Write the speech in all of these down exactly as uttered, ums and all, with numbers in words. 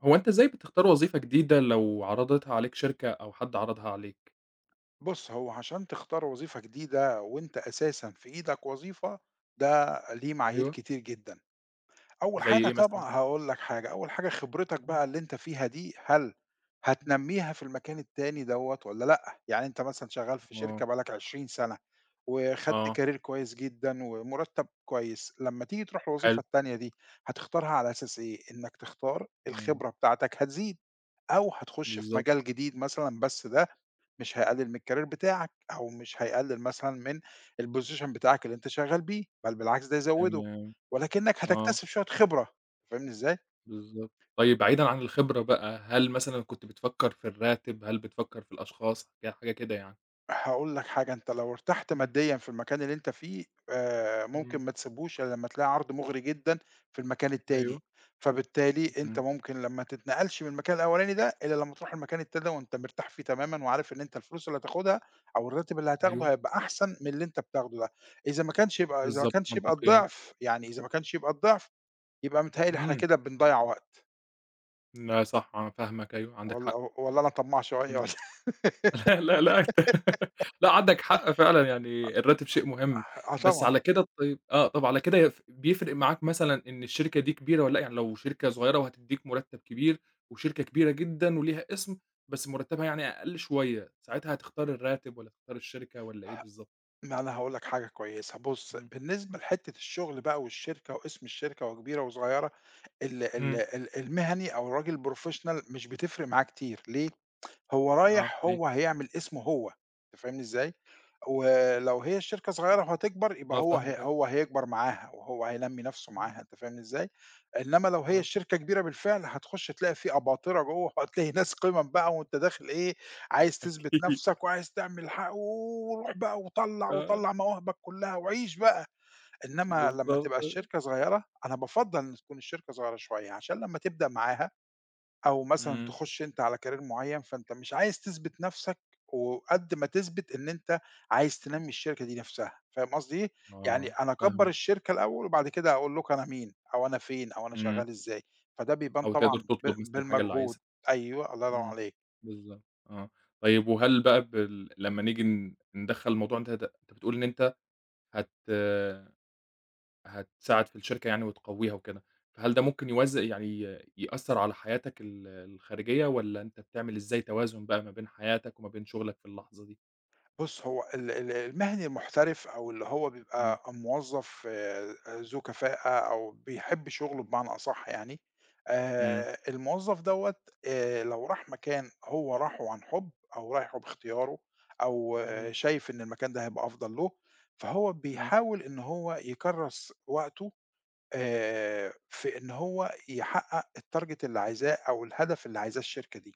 هو أنت إزاي بتختار وظيفة جديدة لو عرضتها عليك شركة أو حد عرضها عليك؟ بُص، هو عشان تختار وظيفة جديدة وأنت أساسًا في إيدك وظيفة، ده ليه معايير أيوه. كتير جدًا. أول زي حاجة إيه مثلًا؟ طبعًا هاقول لك حاجة، أول حاجة خبرتك إمم، بقى اللي أنت فيها دي، هل إمم. هتنمّيها في المكان التاني دوّة والّا لأ؟ يعني أنت مثلًا شغال في آه، شركة بقى لك 20 سنة، وخدت آه، career كويس جدًا ومرتب كويس، لمّا تيجي تروح الوظيفة حلو، التانية دي، هتختارها على أساس إيه؟ إنك تختار إمم، الخبرة بتاعتك هتزيد، أو هتخش في بالضبط، مجال جديد مثلًا بس ده مش هيقلل من الcareer بتاعك، أو مش هيقلل مثلًا من الposition بتاعك اللي أنت شغال بيه، بل بالعكس ده يزوّده. تمام، ولكنك آه، هتكتسب شوية خبرة، فاهمني إزاي؟ بالضبط. طيب بعيدًا عن الخبرة بقى، هل مثلًا كنت بتفكّر في الراتب، هل بتفكّر في الأشخاص، ك حاجة كده يعني؟ هاقول لك حاجة، أنت لو ارتحت إمم، ماديًا في المكان اللي أنت فيه، آآ ممكن إمم. ما تسيبهوش إلا لمّا تلاقي عرض مغري جدًا في المكان أيوه، التاني، فبالتالي أنت إمم، ممكن لمّا ما تتنقلش من المكان الأولاني ده إلا لمّا تروح المكان التاني ده وأنت مرتاح فيه تمامًا وعارف إن أنت الفلوس اللي هتاخدها أو الراتب اللي أيوه، هتاخده هيبقى أحسن من اللي أنت بتاخده ده، إذا ما كانش يبقى إذا ما بالضبط، كانش يبقى منطقي آه، الضعف، يعني إذا ما كانش يبقى الضعف، يبقى متهيأ لي إحنا إمم، كده بنضيّع وقت لأ صح، آه، فاهمك أيوه، عندك والّا حق. والّا أنا طماع شوية إمم. والّا لا، لأ، لأ، عندك حق فعلًا يعني الراتب شيء مهم، آه بس طبعًا. على كده طيب آه، طب على كده يف بيفرق معاك مثلًا إن الشركة دي كبيرة والّا لأ؟ يعني لو شركة صغيرة وهتدّيك مرتب كبير، وشركة كبيرة جدًا وليها اسم، بس مرتبها يعني أقل شوية، ساعتها هتختار الراتب والّا تختار الشركة والّا إيه بالضبط؟ ما أنا هاقول لك حاجة كويسة، بُص إمم، بالنسبة لحتّة الشغل بقى والشركة واسم الشركة وكبيرة وصغيرة، ال ال إمم، ال المهني أو الراجل الprofessional مش بتفرق معاه كتير، ليه؟ هو آه، رايح ليه؟ هو هيعمل اسمه هو، أنت فاهمني إزاي؟ ولو هي الشركة صغيرة وهتكبر يبقى آه، هو فاهمك ه أيوه، هو هيكبر معاها، وهو هينمّي نَفْسه إمم، معاها أنت فاهمني إزاي؟ إنّما لو هي آه، الشركة كبيرة بالفعل هتخُش تلاقي في أباطرة جوّه وهتلاقي ناس قِمَم بقى وأنت داخل إيه، عايز تثبت أكيد نَفْسك وعايز تعمل ح وروح بقى وطلّع، آه، وطلّع مواهبك كُلّها وعيش بقى، إنّما لمّا بالضبط، تبقى الشركة صغيرة أنا بافضّل إن تكون الشركة صغيرة شوية عشان لمّا تبدأ معاها أو مثلًا إمم، تخُش أنت على career معيّن، فأنت مش عايز تثبت نَفْسك وقد ما تثبت إن أنت عايز تنمّي الشركة دي نَفْسها، فاهم قصدي إيه؟ يعني آه، أنا أكبّر فاهمك، الشركة الأول وبعد كده أقول لكم أنا مين أو أنا فين أو أنا إمم، شغّال إزاي، فده بيبان أو تقدر طبعًا ب تطلب مثلًا الحاجة اللي بالمجهود. عايزها. أيوه، الله ينوّر إمم، عليك. بالضبط، آه. طيب وهل بقى بال لمّا نيجي ن ندخّل الموضوع أنت هت أنت بتقول إن أنت هت هتساعد في الشركة يعني وتقوّيها وكده، فهل ده ممكن يوز يعني يأثّر على حياتك ال الخارجية والّا أنت بتعمل إزاي توازن بقى ما بين حياتك وما بين شغلك في اللحظة دي؟ بُص، هو ال ال المهني المحترف أو اللي هو إمم، بيبقى موظف آآ ذو كفاءة أو بيحب شغله بمعنى أصح يعني، إمم، آآ الموظف دوّة آآ لو راح مكان هو راحه عن حُب أو رايحه باختياره أو إمم، آه، شايف إن المكان ده هيبقى أفضل له، فهو إمم، بيحاول إن هو يكرّس وقته آآ في إن هو يحقق الtarget اللي عايزاه أو الهدف اللي عايزاه الشركة دي.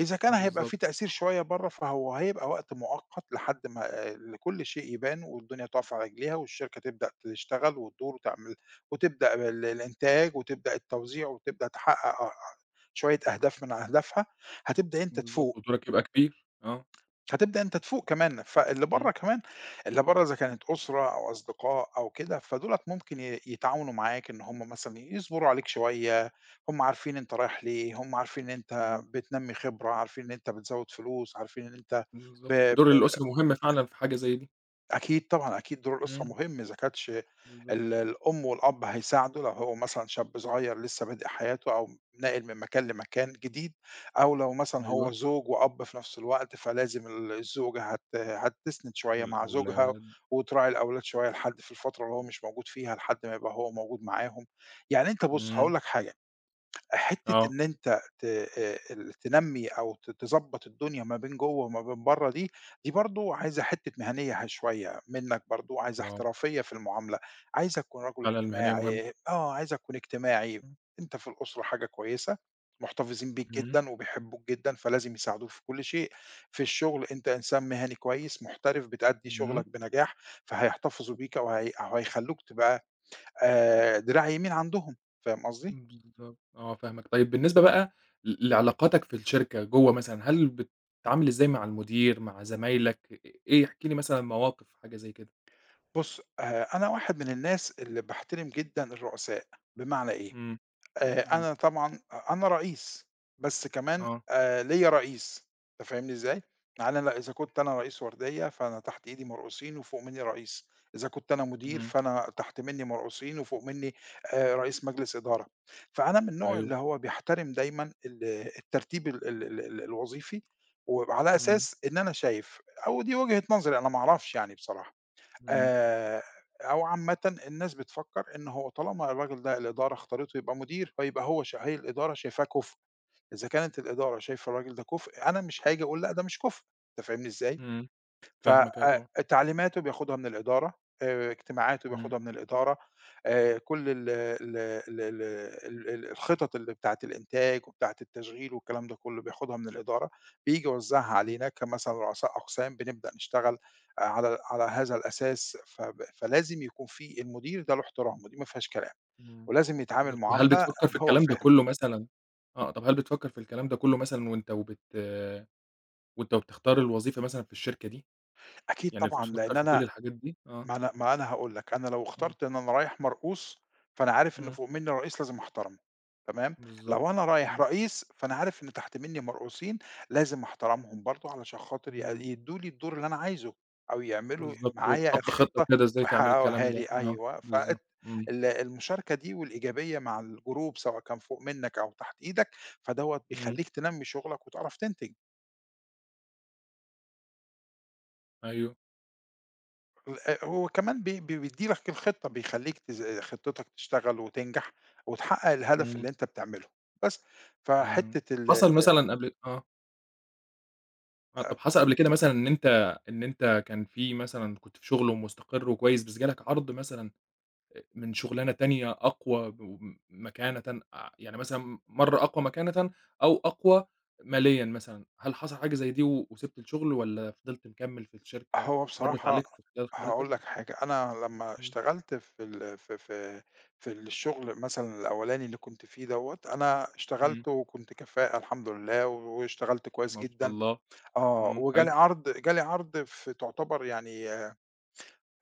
إذا كان هيبقى بالضبط، في تأثير شوية برّه، فهو هيبقى وقت مؤقت لحد ما ال كل شيء يبان والدنيا تُقف على رجليها والشركة تبدأ تشتغل وتدور وتعمل وتبدأ ال الإنتاج وتبدأ التوزيع وتبدأ تحقق أ شوية أهداف من أهدافها، هتبدأ أنت بالضبط تفوق. ودورك يبقى كبير، آه، هتبدأ أنت تفوق كمان، فاللي برّه إمم، كمان اللي برّه إذا كانت أسرة أو أصدقاء أو كده، فدُولَة ممكن ي يتعاونوا معاك إن هم مثلًا يصبروا عليك شوية، هم عارفين أنت رايح ليه، هم عارفين إن أنت إمم، بتنمّي خبرة، عارفين إن أنت بتزوّد فلوس، عارفين إن أنت. ب بالضبط، ب دور الأسرة مهم فعلًا في حاجة زي دي، أكيد طبعًا، أكيد دور الأسرة إمم، مهم، إذا كانتش بالضبط، ال الأم والأب هيساعدوا لو هو مثلًا شاب صغير لسه بادئ حياته أو ناقل من مكان لمكان جديد، أو لو مثلًا أيوه، هو زوج وأب في نفس الوقت، فلازم ال الزوجة هت هتسند شوية مع زوجها والأولاد، وتراعي الأولاد شوية لحد في الفترة اللي هو مش موجود فيها، لحد ما يبقى هو موجود معاهم. يعني أنت بُص، إمم. هاقول لك حاجة حتّة آه، إن أنت ت آآ ال تنمّي أو ت تضبّط الدنيا ما بين جوّه وما بين برّه دي، دي برضه عايزة حتّة مهنيّة ه شوية منّك برضه، عايزة آه، احترافية في المعاملة، عايزك تكون رجل الحلقة المهنية مهمة. اجتماعي آه، عايزك تكون اجتماعي، أنت في الأسرة حاجة كويسة، محتفظين بيك إمم، جدًا وبيحبوك جدًا فلازم يساعدوك في كل شيء، في الشغل أنت إنسان مهني كويس محترف بتأدّي إمم، شغلك بنجاح، فهيحتفظوا بيك وهي وهيخلّوك تبقى آآ دراع يمين عندهم، فاهم قصدي؟ بالضبط، آه فاهمك. طيب بالنسبة بقى ل لعلاقاتك في الشركة جوّه مثلًا، هل بتتعامل إزاي مع المدير، مع زمايلك، إ إيه احكِ لي مثلًا مواقف حاجة زي كده؟ بُص، آآ أنا واحد من إمم، الناس اللي باحترم جدًا الرؤساء، بمعنى إيه، إمم، آآ إمم، أنا طبعًا أ أنا رئيس، بس كمان آه، آآ ليّا رئيس، أنت فاهمني إزاي؟ يعني أنا إذا كنت أنا رئيس وردية، فأنا تحت إيدي مرؤوسين وفوق منّي رئيس، إذا كنت أنا مدير، إمم، فأنا تحت منّي مرؤوسين وفوق منّي آآ رئيس مجلس إدارة، فأنا من النوع أيوه، اللي هو بيحترم دايمًا ال الترتيب ال ال ال ال الوظيفي، وعلى إمم، أساس إن أنا شايف أو دي وجهة نظري أنا ما أعرفش يعني بصراحة. إمم، آآ أو عامةً الناس بتفكّر إن هو طالما الراجل ده الإدارة اختارته يبقى مدير، فيبقى هو ش هي الإدارة شايفاه كُفء، إذا كانت الإدارة شايفة الراجل ده كُفء، أنا مش هاجي أقول لأ ده مش كُفء، أنت فاهمني إزاي؟ إمم، ف فاهمك أيوه طبعًا، آآ تعليماته بياخدها من الإدارة، آآ اجتماعاته إمم، بياخدها من الإدارة، آآ كل ال ال ال ال ال ال الخطط اللي بتاعة الإنتاج وبتاعة التشغيل والكلام ده كله بياخدها من الإدارة، بييجي يوزّعها إمم، علينا كمثلًا رؤساء أقسام، بنبدأ نشتغل على على هذا الأساس، فب فلازم يكون في المدير ده له احترامه، دي ما فيهاش كلام، إمم، ولازم يتعامل بالضبط. وهل معاملة بتفكّر في إن هو الكلام ده فاهم. كلّه مثلًا آه، طَب هل بتفكّر في الكلام ده كلّه مثلًا وأنت وبت وأنت وبتختار الوظيفة مثلًا في الشركة دي؟ أكيد يعني طبعًا، بتفكّر لإن في أنا كل الحاجات دي آه، ما أنا ما أنا هاقول لك، أنا لو إمم، اخترت إن أنا رايح مرؤوس، فأنا عارف إن إمم، فوق منّي رئيس لازم أحترمه، تمام؟ بالضبط، لو أنا رايح إمم، رئيس، فأنا عارف إن تحت منّي مرؤوسين لازم أحترمهم برضه علشان خاطر ي إمم، يدّوا لي الدور اللي أنا عايزه، أو يعملوا بالضبط، معايا وتحط خطة الخطة كده إزاي تعملي ويحققوها الكلام ده، لي، آه، أيوه، بالضبط، فأت إمم، ال المشاركة دي والإيجابية مع الجروب سواء كان فوق منّك أو تحت إيدك، فدوّة إمم، بيخلّيك تنمّي شغلك وتعرف تنتج. أيوه، آآ هو كمان بي بي بيدّي لك الخطة، بيخلّيك تز خطتك تشتغل وتنجح وتحقق الهدف إمم، اللي أنت بتعمله، بس. تمام، فحتّة طب ال حصل مثلًا قبل آه، آه، طب حصل قبل كده مثلًا إن أنت إن أنت كان في مثلًا كنت في شغل ومستقر وكويس، بس جالك عرض مثلًا آآ من شُغلانة تانية أقوى ب مكانةً أع يعني مثلًا مرّة أقوى مكانةً أو أقوى ماليًا مثلًا، هل حصل حاجة زي دي و وسِبت الشغل والّا فضلت مكمّل في الشركة، هو مرّت بصراحة عليك في خلال خبرتك؟ هاقول لك حاجة، أنا لمّا إمم، اشتغلت في ال في في في الشغل مثلًا الأولاني اللي كنت فيه دوّة، أنا إمم، اشتغلت وكنت كفاءة الحمد لله واشتغلت كويس ما شاء جدًا، الله، آه، إمم، وجا حلو، لي عرض جا لي عرض في تعتبر يعني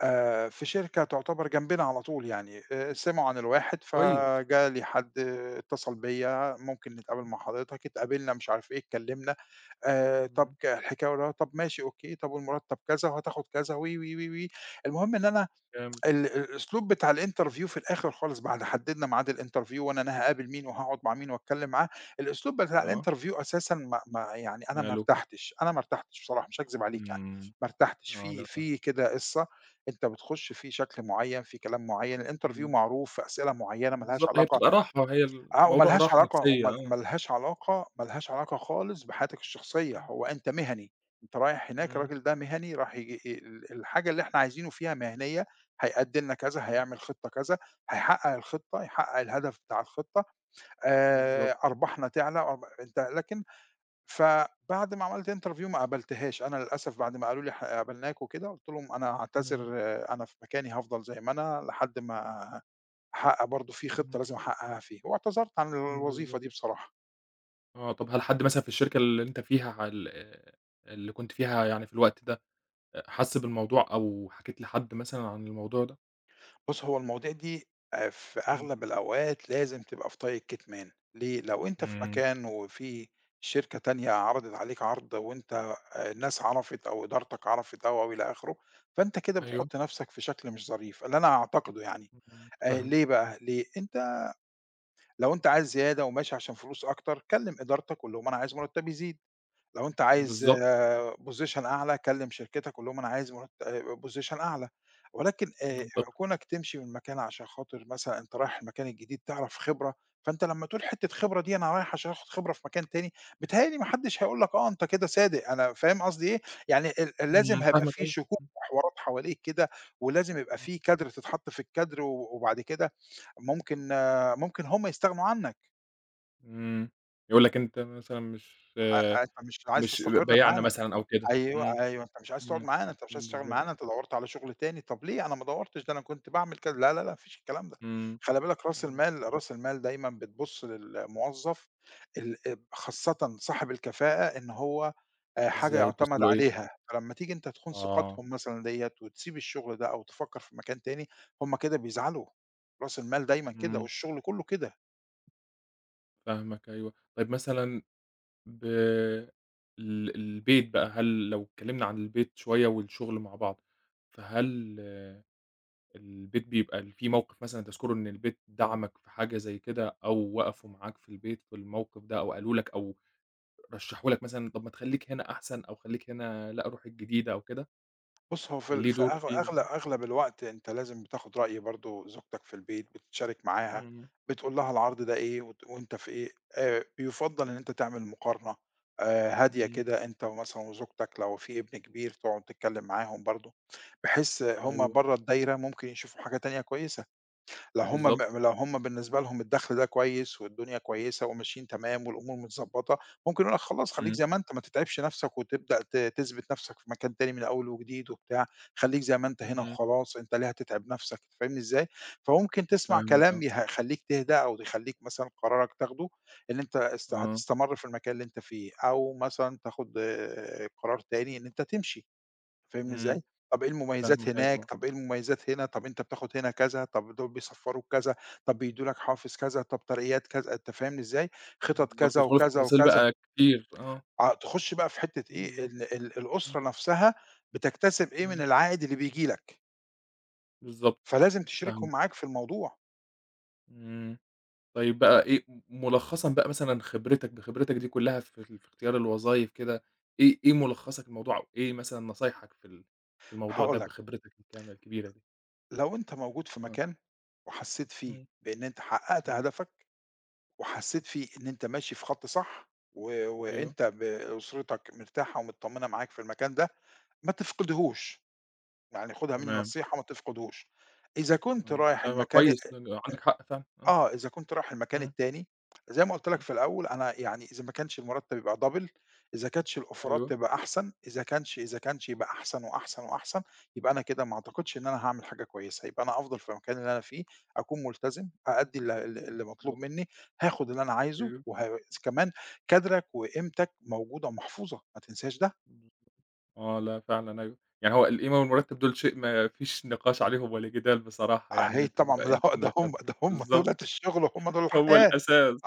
آآ في شركة تعتبر جنبنا على طول يعني، آآ سمعوا عن الواحد كويس، فجالي حد اتصل بيّا، "ممكن نتقابل إمم، مع حضرتك؟" اتقابلنا مش عارف إيه، اتكلّمنا، آآ "طب إمم، ك الحكاية والرواية، طب ماشي أوكي، طب والمرتّب كذا وهتاخد كذا." و، و، و، و. المهم إن أنا جامد، ال الأسلوب بتاع الinterview في الآخر خالص بعد حددنا ميعاد الinterview وإن أنا هاقابل مين وهاقعد مع مين واتكلم معاه، الأسلوب بتاع آه، الinterview أساسًا ما ما يعني أنا ما ماله؟ ارتحتش، أنا ما ارتحتش بصراحة مش هاكذب عليك يعني، إمم، ما ارتحتش، آه، في لأ فاهمك، في كده قصة أنت بتخش في شكل معين، في كلام معين، الinterview إمم، معروف في أسئلة معينة ما لهاش بالضبط هي علاقة بتبقى راحة، هي آه، وما الموضوع لهاش راحة علاقة نفسية، وما آه، ما لهاش علاقة ما لهاش علاقة خالص بحياتك الشخصية، إمم، هو أنت مهني، أنت رايح هناك إمم، الراجل ده مهني راح يج ال الحاجة اللي إحنا عايزينه فيها مهنية، هيقدّم لنا كذا، هيعمل خطة كذا، هيحقق الخطة، يحقق الهدف بتاع الخطة، بالضبط، آآ، أرباحنا تعلى أرب أنت لكن فبعد ما عملت interview ما قابلتهاش، أنا للأسف بعد ما قالوا لي ح قابلناك وكده، قُلت لهم: "أنا هاعتذر إمم، أنا في مكاني هافضل زي ما أنا لحد ما" أحقق برضه في إمم، خطة لازم أحققها فيه، واعتذرت عن الوظيفة بالضبط. دي بصراحة. آه، طب هل حد مثلًا في الشركة اللي أنت فيها ع ال آآ، اللي كنت فيها يعني في الوقت ده، أ حَس بالموضوع أو حكيت لحد مثلًا عن الموضوع ده؟ بُص، هو المواضيع دي آآ في إمم، أغلب الأوقات لازم تبقى في طي الكتمان، ليه؟ لو أنت في إمم. مكان وفي شركة تانية عرضت عليك عرض وأنت آآ الناس عرفت أو إدارتك عرفت أو، أو إلى آخره، فأنت كده أيوه، بتحُط نَفْسك في شكل مش ظريف، اللي أنا أعتقده يعني. إمم. آآ ليه فاهمك، بقى؟ ليه؟ أنت لو أنت عايز زيادة وماشي عشان فلوس أكتر، كلِّم إدارتك قُل لهم أنا عايز مُرتّبي يزيد. لو أنت عايز بالضبط، آه، position أعلى كلّم شركتك قُل لهم أنا عايز مرت آآ position أعلى، ولكن آآ منطقي، كونك تمشي من مكان عشان خاطر مثلًا أنت رايح المكان الجديد تعرف خبرة، فأنت لمّا تقول حتّة خبرة دي أنا رايح عشان آخُد خبرة في مكان تاني، بيتهيأ لي ما حدّش هيقول لك آه أنت كده صادق، أنا فاهم قصدي إيه؟ يعني ال إمم، لازم هيبقى فاهمك في أوي. شكوك إمم، وحوارات حواليك كده، ولازم يبقى إمم. في كادر تتحط في الكادر و وبعد كده ممكن آه، ممكن هم يستغنوا عنك، إمم، يقول لك أنت مثلًا مش آه، أنت مش عايز مش تستقر بيّعنا معانا. مثلًا أو كده، أيوه، إمم، أيوه، أنت مش عايز تقعد إمم. معانا، أنت مش عايز تشتغل بالضبط، معانا، أنت دَوّرت على شغل تاني، طَب ليه؟ أنا ما دَوّرتش، ده أنا كنت باعمل كذا، لا، لا، لا، ما فيش الكلام ده، إمم، خلي بالك رأس إمم. المال رأس المال دايمًا بتبُص للموظف ال اب خاصةً صاحب الكفاءة إن هو آآ حاجة إزاي توصل يُعتمد له إيه؟ عليها، فلمّا تيجي أنت تخون آه، ثقتهم مثلًا ديّة وتسيب الشغل ده أو تفكّر في مكان تاني، هُم كده بيزعلوا، رأس المال دايمًا كده إمم، والشغل كُلّه كده. فاهمك أيوه، طيب مثلًا ب ال البيت بقى، هل لو اتكلمنا عن البيت شوية والشغل مع بعض، فهل آه، البيت بيبقى ال في موقف مثلًا تذكره إن البيت دعمك في حاجة زي كده، أو وقفوا معاك في البيت في الموقف ده، أو قالوا لك أو رشحوا لك مثلًا طب ما تخلّيك هنا أحسن، أو خلّيك هنا لأ روح الجديدة أو كده، بُص، هو في كان ال ليه في دور أغ فيه أغلب يعني؟ أغلب الوقت أنت لازم بتاخد رأي برضه زوجتك في البيت، بتشارك معاها، إمم، بتقول لها العرض ده إيه وت وأنت في إيه، آآ بيُفضّل إن أنت تعمل مقارنة آآ هادية إمم، كده أنت ومثلًا وزوجتك لو في ابن كبير تقعد تتكلّم معاهم برضه، بحيث هم أيوه برّه الدايرة ممكن يشوفوا حاجة تانية كويسة. لو هم ب بالضبط، لو هم بالنسبة لهم الدخل ده كويس والدنيا كويسة وماشيين تمام والأمور متضبطة، ممكن يقول لك خلاص خلّيك إمم، زي ما أنت ما تتعبش نفسك وتبدأ ت تثبت نفسك في مكان تاني من أول وجديد وبتاع، خلّيك زي ما أنت هنا إمم، وخلاص، أنت ليه هتتعب نفسك، أنت فاهمني إزاي؟ فممكن تسمع فاهمك آه، كلام يه يخلّيك تهدى أو يخلّيك مثلًا قرارك تاخده إن أنت است آه، هتستمر في المكان اللي أنت فيه، أو مثلًا تاخد آه، قرار تاني إن أنت تمشي. فاهمني إمم، إزاي؟ طَب إيه المميزات فاهمك أيوه هناك، طبعًا، طَب إيه المميزات هنا، طَب أنت بتاخد هنا كذا، طَب دول بيصفّروك كذا، طَب بيدّوا لك حافز كذا، طَب ترقيات كذا، أنت فاهمني إزاي؟ خطط بالضبط كذا يدخلوا في وكذا تفاصيل وكذا، بقى كتير، آه، آه، تخُش بقى في حتّة إيه، بالضبط، ال ال إمم، الأسرة نَفْسها بتكتسب إيه من إمم. العائد اللي بييجي لك، بالضبط، فلازم تشرِكهم فاهمك، معاك في الموضوع، إمم، طيب بقى إيه م ملخصًا بقى مثلًا خبرتك بخبرتك دي كلها في ال في اختيار الوظايف كده، إيه إيه ملخصك الموضوع أو إيه مثلًا نصايحك في ال في الموضوع ده هاقول لك، بخبرتك الكاملة الكبيرة دي؟ لو أنت موجود في آه، مكان وحسّيت فيه إمم، بإن أنت حقّقت إمم، هدفك وحسّيت فيه إن أنت ماشي في خَط صح و أيوه، وأنت ب أسرتك مرتاحة ومتطمّنة معاك في المكان ده ما تفقدهوش، يعني خُدها منّي تمام، نصيحة ما تفقدهوش، إذا كنت تمام، رايح لا هو المكان كويس عندك حق فعلًا، آه، آه، إذا كنت رايح المكان إمم، التاني زي ما قُلت لك إمم، في الأول أنا يعني إذا ما كانش المرتّب يبقى double إذا كانتش الأوفرات أيوه، تبقى أحسن، إذا كانش إذا كانش يبقى أحسن وأحسن وأحسن، يبقى أنا كده ما أعتقدش إن أنا هاعمل حاجة كويسة، يبقى أنا أفضل في المكان اللي أنا فيه، أكون ملتزم، أأدّي ال ال اللي مطلوب بالضبط، منّي، هاخد اللي أنا عايزه، أيوه، وه كمان كادرك وقيمتك موجودة ومحفوظة، ما تنساش ده. إمم، آه، لأ فعلًا أيوه، يعني هو القيمة والمرتب دول شيء ما فيش نقاش عليهم ولا جدال بصراحة يعني إن أهي أنت طبعًا تبقى ما ده قيمتك هو ده هم ومرتبك، ده هم دُولة بالضبط. الشغل وهم دُول هو الحياة،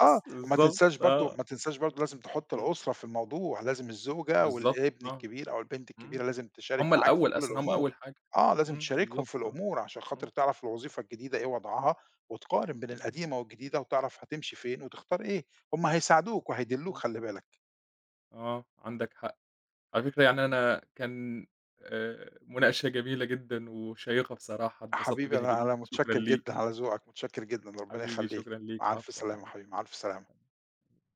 آه، وما بالضبط تنساش برضه آه، ما تنساش برضه لازم تحُط إمم، الأسرة في الموضوع، لازم الزوجة بالضبط والابن آه، الكبير أو البنت إمم، الكبيرة لازم تشارك هُم معاك في الأول كل أصلًا، هُم الأمور، أول حاجة، آه، لازم إمم، تشاركهم بالضبط في آه، الأمور عشان خاطر إمم، تعرف الوظيفة الجديدة إيه وضعها، وتقارن بين إمم، القديمة والجديدة وتعرف هتمشي فين وتختار إيه، هم هيساعدوك وهيدلّوك بالضبط خلّي بالك. آه، عندك حق، على فكرة يعني أنا كان آآ، مناقشة جميلة جدًا وشيقة بصراحة، اتبسطت حبيبي بيها أنا أنا جدًا، شكرًا متشكّر جدًا ليك، على ذوقك، متشكّر جدًا، ربنا حبيبي شكرًا يخلّيك، ليك، مع ألف عفوًا، سلامة حبيبي، العفو. مع ألف سلامة.